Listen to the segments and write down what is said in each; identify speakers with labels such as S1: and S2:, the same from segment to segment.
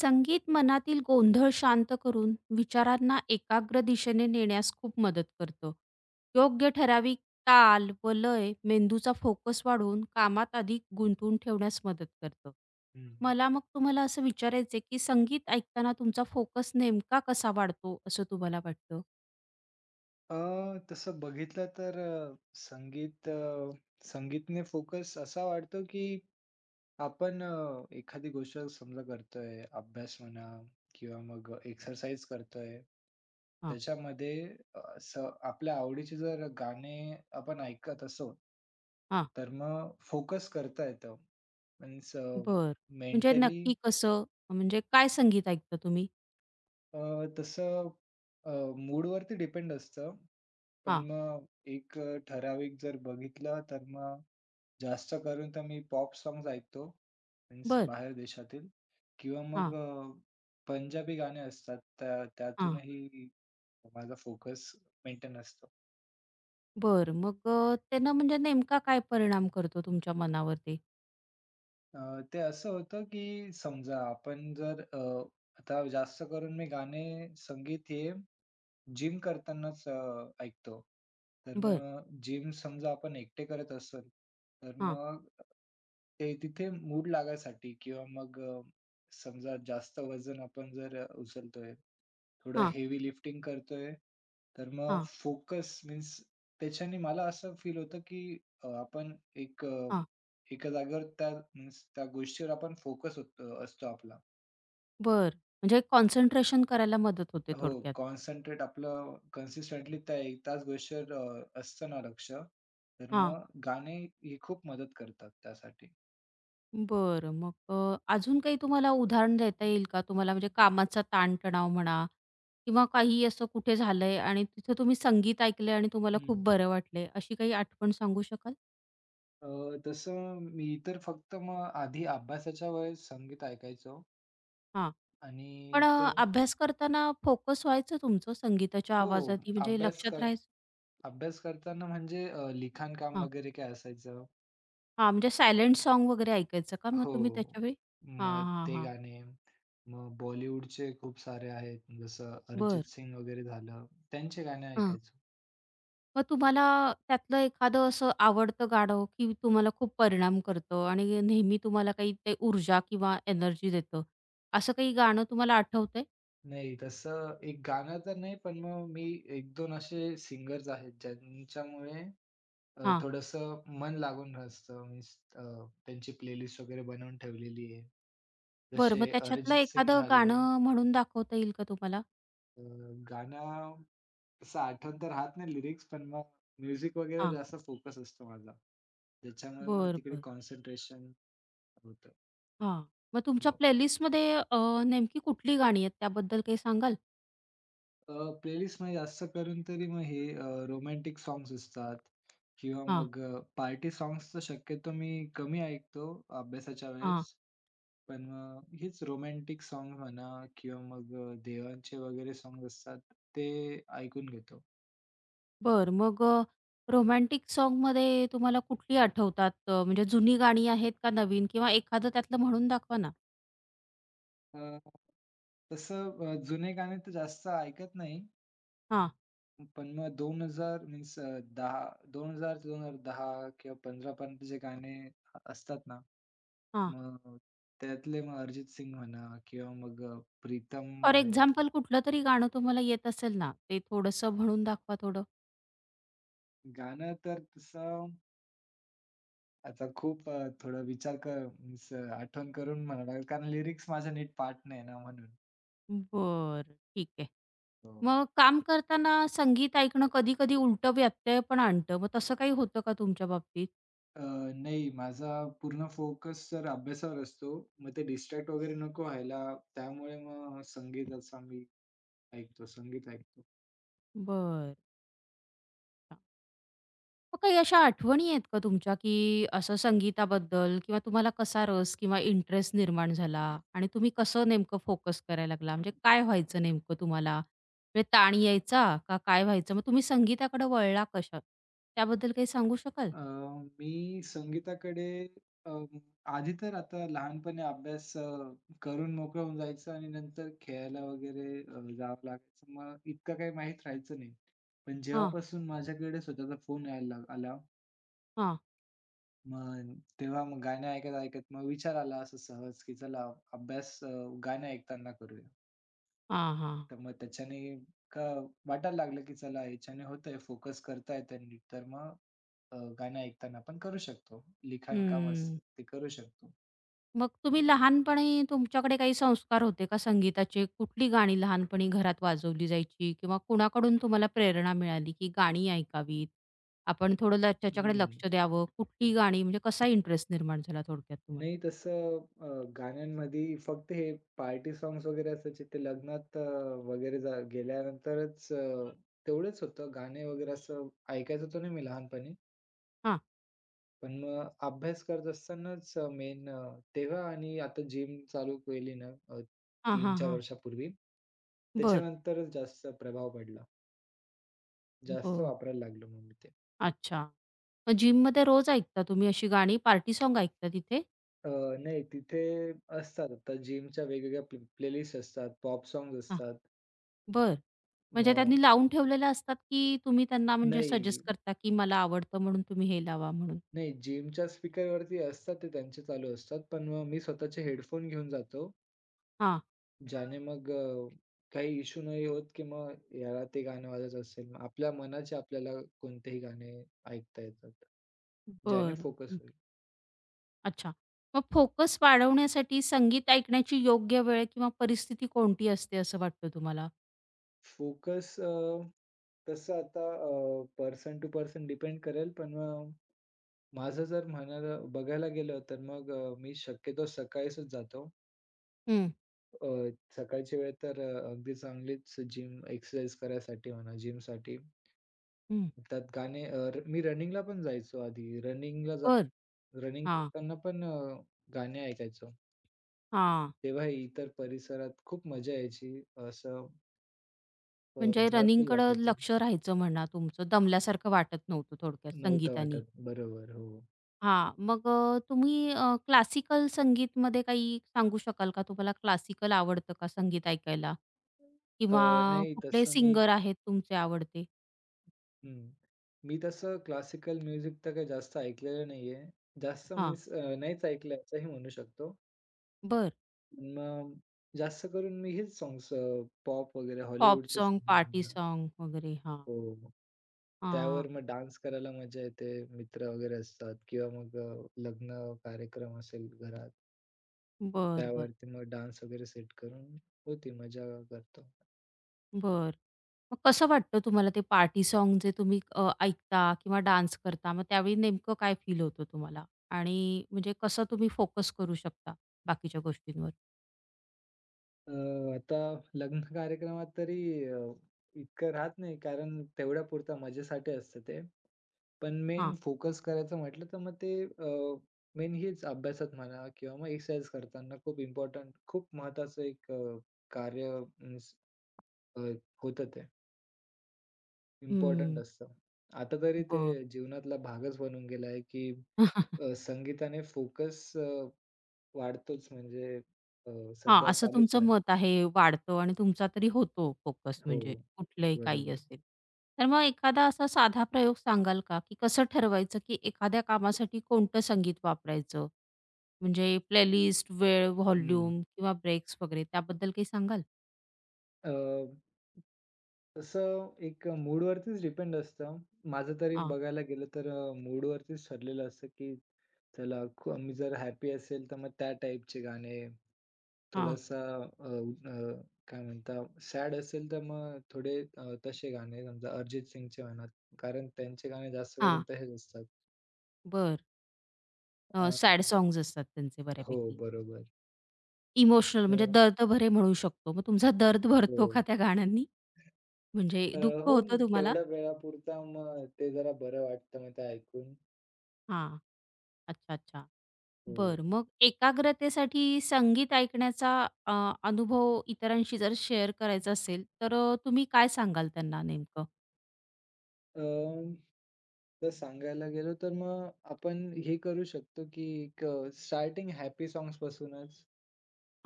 S1: संगीत मनातील गोंधळ शांत करून विचारांना एकाग्र दिशेने नेण्यास खूप मदत करतं. योग्य ठराविक ताल व लय मेंदूचा फोकस वाढवून कामात अधिक गुंतवून ठेवण्यास मदत करतं.
S2: हं.
S1: मला मग तुम्हाला असं विचारायचंय, की संगीत ऐकताना तुमचा फोकस नेमका कसा वाढतो असं तुम्हाला वाटतं?
S2: अ, तसं बघितलं तर संगीतने फोकस असा वाढतो की आपण एखादी गोष्ट समजा करतोय, अभ्यास म्हणा किंवा मग एक्सरसाइज करतोय.
S1: हां,
S2: त्याच्यामध्ये असं आपल्या आवडीचे जर गाणे आपण ऐकत असू,
S1: हां.
S2: तर मग फोकस करता येतं. मीन्स
S1: बरं. म्हणजे
S2: मेंटली.
S1: नक्की कसं? म्हणजे काय संगीत ऐकता तुम्ही?
S2: अ, तसं अ, मूडवरती डिपेंड असतं. पण
S1: हां.
S2: मग एक ठराविक जर बघितलं तर मग जास्त करून तर मी पॉप सॉन्ग्स ऐकतो. मीन्स
S1: बरं.
S2: बाहेर देशातील किंवा
S1: हां,
S2: मग पंजाबी गाणे असतात
S1: हां.
S2: त्यातूनही माझा फोकस मेंटेन असतो.
S1: बरं. मग त्यांना म्हणजे नेमका काय परिणाम करतो तुमच्या मनावरती?
S2: अ, ते असं होतं की समजा आपण जर आता जास्त करून मी संगीत हे जिम करतानाच ऐकतो. तर
S1: बरं.
S2: मग जिम समजा आपण एकटे करत असेल, तर
S1: हां,
S2: मग ते तिथे मूड लागायसाठी किंवा मग समजा जास्त वजन आपण जर उचलतोय, थोडं
S1: हां,
S2: हेवी लिफ्टिंग करतोय, तर मग
S1: हां,
S2: फोकस मीन्स त्याच्याने मला असं फील होतं, की आपण एक अ,
S1: हां.
S2: एका जागेवर मीन्स त्या गोष्टीवर आपण फोकस होत असतो आपला.
S1: बरं. म्हणजे कॉन्सन्ट्रेशन करायला मदत होते
S2: हो,
S1: थोडक्यात.
S2: कॉन्सन्ट्रेट आपलं कन्सिस्टंटली त्या 1 तास गोष्टीवर असतं ना लक्ष, तर
S1: हां.
S2: मग गाणे ही खूप मदत करतात त्यासाठी.
S1: बरं. मग अजून काही तुम्हाला उदाहरण देता येईल का? तुम्हाला म्हणजे कामाचा ताणतणाव म्हणा किंवा काही असं कुठे झालंय आणि तिथं तुम्ही संगीत ऐकलंय आणि तुम्हाला
S2: हं.
S1: खूप बरं वाटलंय, अशी काही आठवण सांगू शकाल?
S2: अ, तसं मी तर फक्त मग आधी अभ्यासाच्या वेळेस संगीत ऐकायचो
S1: हां.
S2: आणि
S1: पण
S2: इतर.
S1: अभ्यास करताना फोकस व्हायचं तुमचं संगीताच्या
S2: हो,
S1: आवाजात? म्हणजे
S2: अभ्यास
S1: लक्षात
S2: कर
S1: राहायचं?
S2: अभ्यास करताना म्हणजे लिखाणकाम वगैरे काय असायचं.
S1: हां, म्हणजे सायलेंट साँग वगैरे ऐकायचं का मग
S2: हो,
S1: तुम्ही त्याच्यावेळी?
S2: मग
S1: हां, हां,
S2: ते
S1: हां.
S2: गाणे. मग बॉलिवूडचे खूप सारे आहेत जसं
S1: बरं.
S2: अरिजित सिंग वगैरे झालं, त्यांचे गाणे
S1: हां.
S2: ऐकायचो.
S1: मग तुम्हाला त्यातलं एखादं असं आवडतं गाणं, की तुम्हाला खूप परिणाम करतं आणि नेहमी तुम्हाला काही ते ऊर्जा किंवा एनर्जी देतं, असं काही गाणं तुम्हाला आठवतंय?
S2: नाही, तसं एक गाणं तर नाही, पण मग मी एक 2 असे सिंगर्स आहेत, ज्यांच्यामुळे
S1: हां.
S2: थोडंसं मन लागून असतं. मीन्स अ, त्यांची प्लेलिस्ट वगैरे बनवून ठेवलेली आहे.
S1: बरं, मग
S2: जसे
S1: त्याच्यातलं
S2: अरिजित सिंग
S1: एखादं
S2: झाले.
S1: गाणं म्हणून दाखवता येईल का तुम्हाला?
S2: गाणं तसं आठवण तर राहत नाही लिरिक्स, पण मग म्युझिक वगैरेवर
S1: हां.
S2: जास्त फोकस असतो माझा. त्याच्यामुळे मग
S1: बरं,
S2: तिकडे
S1: बरं.
S2: कॉन्सन्ट्रेशन होतं.
S1: हां. मग तुमच्या प्लेलिस्टमध्ये नेमकी कुठली गाणी आहेत त्याबद्दल काही सांगाल?
S2: अ, प्लेलिस्टमध्ये जास्त करून तरी मग हे रोमॅन्टिक सॉन्ग्स असतात किंवा
S1: हां,
S2: मग पार्टी सॉन्ग्स तर शक्यतो मी कमी ऐकतो अभ्यासाच्या
S1: हां.
S2: वेळेस. पण मग हेच रोमॅन्टिक सॉन्ग म्हणा किंवा मग देवांचे वगैरे सॉन्ग असतात ते ऐकून घेतो.
S1: बरं. मग रोमॅन्टिक सॉन्गमध्ये तुम्हाला कुठली आठवतात? म्हणजे जुनी गाणी आहेत का नवीन? किंवा एखादं त्यातलं म्हणून दाखवा ना?
S2: अ, तसं जुने गाणे तर जास्त ऐकत नाही.
S1: हां,
S2: पण मग 2000 मीन्स दहा 10 2000 ते 2010 किंवा 15 पर्यंत जे गाणे असतात ना,
S1: हां.
S2: मग त्यातले मग अरिजित सिंग म्हणा किंवा मग प्रीतम
S1: फॉर
S2: आहे.
S1: एक्झाम्पल कुठलं तरी गाणं तुम्हाला येत असेल ना, ते थोडंसं म्हणून दाखवा थोडं.
S2: गाणं तर तसं आता खूप थोडा विचार कर मीन्स आठवण करून म्हणावं लागेल कारण लिरिक्स माझ्या नीट पाठ नाही ना म्हणून.
S1: बरं. ठीक आहे.
S2: हो.
S1: मग काम करताना संगीत ऐकणं कधी-कधी उलटं व्यत्यय पण आणतं. मग तसं काही होतं का तुमच्या बाबतीत?
S2: अ, नाही माझा पूर्ण फोकस तर अभ्यासावर असतो. मग ते डिस्ट्रॅक्ट वगैरे नको व्हायला त्यामुळे मग संगीत ऐकतो.
S1: बरं. मग काही अशा आठवणी आहेत का तुमच्या, की असं संगीताबद्दल किंवा तुम्हाला कसा रस किंवा इंटरेस्ट निर्माण झाला आणि तुम्ही कसं नेमकं फोकस करायला लागला? म्हणजे काय व्हायचं नेमकं तुम्हाला? म्हणजे ताण यायचा का काय व्हायचं? मग तुम्ही संगीताकडे वळला कशा? त्याबद्दल काही सांगू शकाल?
S2: अ, मी संगीताकडे अ, आधी तर आता लहानपणी करून मोकळं होऊन जायचं आणि नंतर खेळायला वगैरे जावं लागायचं. मग इतकं काही माहीत राहायचं नाही. पण
S1: हां,
S2: जेव्हापासून माझ्याकडे स्वतःचा फोन यायला आला,
S1: हां,
S2: मग तेव्हा मग गाणे ऐकत-ऐकत मग विचार आला असं सहज, की चला अभ्यास अ, गाणे ऐकताना करूया.
S1: हां, हां.
S2: तर मग त्याच्याने का वाटायला लागलं, की चला ह्याच्याने होतंय, फोकस करतायत त्यांनी. तर मग गाणं ऐकताना आपण करू शकतो. लिखाण काम असतं ते करू शकतो.
S1: मग तुम्ही लहानपणी तुमच्याकडे काही संस्कार होते का संगीताचे? कुठली गाणी लहानपणी घरात वाजवली जायची किंवा कुणाकडून तुम्हाला प्रेरणा मिळाली, की गाणी ऐकावीत, आपण थोडं त्याच्याकडे
S2: हं.
S1: लक्ष द्यावं? कुठली गाणी म्हणजे कसा इंटरेस्ट निर्माण झाला थोडक्यात तुम्हाला?
S2: नाही तसं गाण्यांमध्ये फक्त हे पार्टी सॉन्ग्स वगैरे असायचे ते लग्नात वगैरे गेल्यानंतरच तेवढंच होतं. गाणे वगैरे असं ऐकायचो तर नाही मी लहानपणी.
S1: हां.
S2: पण मग अभ्यास करत असतानाच मेन तेव्हा आणि आता जिम चालू केली ना
S1: हां, हां,
S2: 3-4
S1: हां.
S2: वर्षापूर्वी,
S1: बरं,
S2: त्याच्यानंतरच जास्त प्रभाव पडला. जास्त
S1: बरं.
S2: वापरायला लागलो मग मी ते.
S1: अच्छा. मग जिममध्ये रोज ऐकता तुम्ही अशी गाणी? पार्टी साँग ऐकता तिथे?
S2: अ, नाही तिथे असतात आता जिमच्या वेगवेगळ्या प्लेलिस्ट असतात, पॉप सॉंग
S1: हां.
S2: असतात.
S1: बरं. म्हणजे
S2: मग
S1: त्यांनी लावून ठेवलेल्या असतात, की तुम्ही त्यांना म्हणजे
S2: नाही,
S1: सजेस्ट करता, की मला आवडतं म्हणून तुम्ही हे लावा म्हणून?
S2: नाही जिमच्या स्पीकरवरती असतात ते त्यांचे चालू असतात. पण मग मी स्वतःचे हेडफोन घेऊन जातो
S1: हां.
S2: ज्याने मग काही इश्यू नाही होत, की मग याला ते गाणं वाजत असेल. मग आपल्या मनाचे आपल्याला कोणतेही गाणे ऐकता येतात. ज्याने
S1: बरं.
S2: फोकस होईल.
S1: अच्छा. मग फोकस वाढवण्यासाठी संगीत ऐकण्याची योग्य वेळ किंवा परिस्थिती कोणती असते असं वाटतं तुम्हाला?
S2: फोकस अ, तसं आता पर्सन टू पर्सन डिपेंड करेल. पण माझं जर बघायला गेलं तर मग मी शक्यतो सकाळीच जातो.
S1: हं,
S2: अ, सकाळची वेळ तर अगदी चांगलीच जिम एक्सरसाइज करायसाठी म्हणा, जिमसाठी.
S1: हं.
S2: त्यात गाणे अ, र मी रनिंगला पण जायचो आधी.
S1: बरं.
S2: रनिंग
S1: हां,
S2: करताना पण गाणे ऐकायचो.
S1: हां.
S2: तेव्हा इतर परिसरात खूप मजा यायची. असं अ,
S1: म्हणजे
S2: जॉयफुल
S1: रनिंगकडं
S2: वाटायचं.
S1: लक्ष राहायचं म्हणा तुमचं. दमल्यासारखं वाटत नव्हतं थोडक्यात
S2: नव्हतं
S1: संगीतानी.
S2: वाटत. बरोबर, हो.
S1: हां. मग तुम्ही क्लासिकल संगीतमध्ये काही सांगू शकाल का? तुम्हाला क्लासिकल आवडतं का संगीत ऐकायला?
S2: अ,
S1: किंवा
S2: नाही
S1: कुठले
S2: तसं मी.
S1: सिंगर आहेत तुमचे आवडते?
S2: हं. मी तसं क्लासिकल म्युझिक तर काही जास्त ऐकलेलं नाहीये. जास्त
S1: हां.
S2: मीन्स नाहीच ऐकलं असंही म्हणू शकतो.
S1: बरं.
S2: पण मग जास्त करून मी हेच सॉन्ग्स पॉप वगैरे
S1: पॉप
S2: हॉलिवूडचे
S1: सॉन्ग,
S2: सॉन्ग्स.
S1: पार्टी सॉन्ग वगैरे. हां.
S2: हो. त्यावर
S1: हां.
S2: मग डान्स करायला मजा येते. मित्र वगैरे असतात किंवा मग लग्न कार्यक्रम असेल घरात,
S1: बरं, बरं.
S2: त्यावरती मग डान्स वगैरे सेट करून मजा करतो.
S1: बर. मग कसं वाटतं तुम्हाला ते पार्टी सॉन्ग जे तुम्ही ऐकता किंवा डान्स करता, मग त्यावेळी नेमकं काय फील होतं तुम्हाला? आणि म्हणजे कसं तुम्ही फोकस करू शकता बाकीच्या गोष्टींवर?
S2: अ, आता लग्न कार्यक्रमात तरी अ, इतकं राहत नाही कारण तेवढ्यापुरता मजेसाठी असतं ते. पण मेन
S1: हां.
S2: फोकस करायचं म्हटलं तर मग ते मेन हेच अभ्यासात म्हणा किंवा मग एक्सरसाइज करताना खूप इम्पोर्टंट खूप महत्त्वाचं एक कार्य मीन्स अ, होतं ते. इम्पोर्टंट
S1: हं.
S2: असतं. आता तरी ते
S1: बरं.
S2: जीवनातला भागच बनून गेला आहे, की
S1: हां,
S2: संगीताने फोकस वाढतोच म्हणजे अ, सध्या
S1: असं
S2: चालूच
S1: तुमचं
S2: आहे.
S1: मत आहे, वाढतं आणि तुमचा तरी होतो फोकस
S2: हो,
S1: म्हणजे कुठलंही काही
S2: बरोबर.
S1: असेल. तर मग एखादा असा साधा प्रयोग सांगाल का, की कसं ठरवायचं, की एखाद्या कामासाठी कोणतं संगीत वापरायचं? म्हणजे प्लेलिस्ट, वेळ,
S2: हं.
S1: व्हॉल्यूम किंवा ब्रेक्स वगैरे त्याबद्दल काही सांगाल?
S2: अ तसं एक मूडवरतीच डिपेंड असतं. माझं तरी
S1: हां,
S2: बघायला गेलं तर मूडवरतीच ठरलेलं असतं, की चला खू मी जर हॅपी असेल, तर मग त्या टाईपचे गाणे.
S1: हां,
S2: थोडासा अ, अ, काय म्हणता सॅड असेल, तर मग थोडे तसे गाणे समजा अरिजित सिंगचे म्हणा, कारण त्यांचे गाणे जास्त करून
S1: हां.
S2: तसेच असतात.
S1: बरं.
S2: अ,
S1: सॅड सॉन्ग्स असतात त्यांचे
S2: हो,
S1: बऱ्यापैकी.
S2: बरोबर.
S1: इमोशनल म्हणजे
S2: हो,
S1: दर्द भरे म्हणू शकतो. मग तुमचा दर्द
S2: हो.
S1: भरतो का त्या गाण्यांनी? म्हणजे
S2: अ,
S1: दुःख
S2: हो,
S1: होतं तुम्हाला?
S2: तेवढ्या वेळापुरता मग ते जरा बरं वाटतं मग ते ऐकून.
S1: हां. अच्छा, अच्छा.
S2: हो.
S1: बरं. मग एकाग्रतेसाठी संगीत ऐकण्याचा अ, अनुभव इतरांशी जर शेअर करायचा असेल, तर तुम्ही काय सांगाल त्यांना नेमकं?
S2: अं, तर सांगायला गेलो तर मग आपण हे करू शकतो की एक स्टार्टिंग हॅपी सॉंग्स पासूनच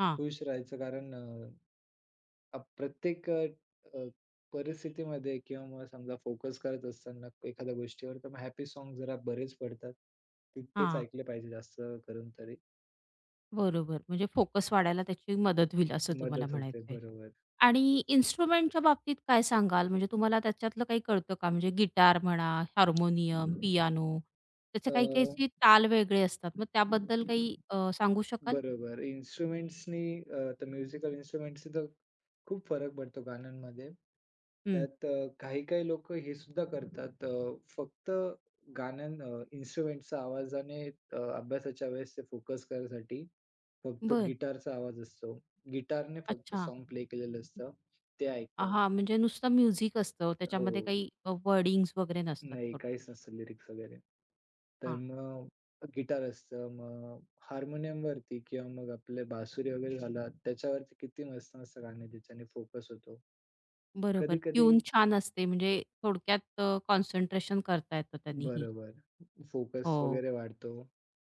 S1: हां,
S2: खुश राहायचं. कारण प्रत्येक अ, अ, परिस्थितीमध्ये किंवा मग समजा फोकस करत असताना एखाद्या गोष्टीवर तर मग हॅपी सॉंग जरा बरेच पडतात. ते तेच
S1: हां.
S2: ऐकले पाहिजे जास्त करून तरी
S1: बरोबर. म्हणजे फोकस वाढायला त्याची मदत होईल असं तुम्हाला
S2: मदत होते.
S1: म्हणायचंय.
S2: बरोबर.
S1: आणि इन्स्ट्रुमेंटच्या बाबतीत काय सांगाल? म्हणजे तुम्हाला त्याच्यातलं काही कळतं का? म्हणजे गिटार म्हणा, हार्मोनियम, पियानो त्याचे काही-काहीचे ताल वेगळे असतात. मग त्याबद्दल काही सांगू शकाल?
S2: बरोबर. इन्स्ट्रुमेंट्सनी तर म्युझिकल इन्स्ट्रुमेंट्सनी तर खूप फरक पडतो गाण्यांमध्ये.
S1: हं.
S2: त्यात काही-काही लोकं हे सुद्धा करतात फक्त इन्स्ट्रुमेंटच्या आवाजाने अभ्यासाच्या वेळेस ते फोकस करायसाठी फक्त
S1: बरं.
S2: गिटारचा आवाज असतो. गिटारने फक्त
S1: अच्छा.
S2: सॉन्ग प्ले केलेलं असतं. ते ऐकतात.
S1: हां, म्हणजे नुसतं म्युझिक असतं.
S2: हो.
S1: त्याच्यामध्ये काही वगैरे नसतात
S2: नाही,
S1: थोडक्यात.
S2: काहीच नसतं लिरिक्स वगैरे. तर
S1: हां,
S2: मग गिटार असतं, मग हार्मोनियमवरती किंवा मग आपले बासुरी वगैरे झाला, त्याच्यावरती किती मस्त-मस्त गाणी ज्याच्याने फोकस होतो.
S1: बरोबर.
S2: कधी-कधी
S1: ट्यून छान असते म्हणजे थोडक्यात कॉन्सन्ट्रेशन करता येतं त्यांनीही.
S2: बरोबर, फोकस
S1: हो.
S2: वगैरे वाढतो.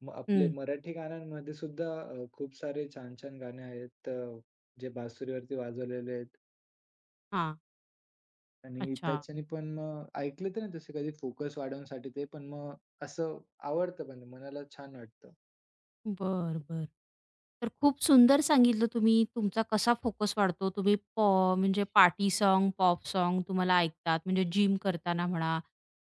S2: मग आपले
S1: हं.
S2: मराठी गाण्यांमध्ये सुद्धा खूप सारे छान-छान गाणे आहेत जे बासुरीवरती वाजवलेले आहेत
S1: हां.
S2: आणि
S1: अच्छा.
S2: त्याच्याने पण मग ऐकले तर नाही तसे कधी फोकस वाढवण्यासाठी ते, पण मग असं आवडतं पण मनाला छान वाटतं.
S1: बरं, बरं. तर खूप सुंदर सांगितलं तुम्ही तुमचा कसा फोकस वाढतो. तुम्ही म्हणजे पार्टी सॉन्ग, पॉप सॉन्ग तुम्हाला ऐकतात. म्हणजे जिम करताना म्हणा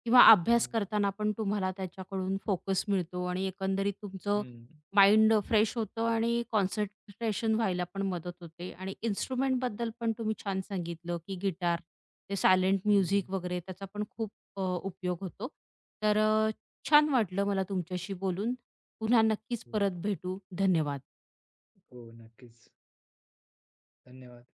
S1: किंवा अभ्यास
S2: हं.
S1: करताना पण तुम्हाला त्याच्याकडून फोकस मिळतो आणि एकंदरीत तुमचं
S2: हं.
S1: माइंड फ्रेश होतं आणि कॉन्सन्ट्रेशन व्हायला पण मदत होते आणि इन्स्ट्रुमेंटबद्दल पण तुम्ही छान सांगितलं, की गिटार, ते सायलेंट
S2: हं, हं.
S1: म्युझिक वगैरे त्याचा पण खूप उपयोग होतो. तर छान वाटलं मला तुमच्याशी बोलून. पुन्हा नक्कीच
S2: हो, हो.
S1: परत भेटू. धन्यवाद.
S2: हो, नक्कीच. धन्यवाद.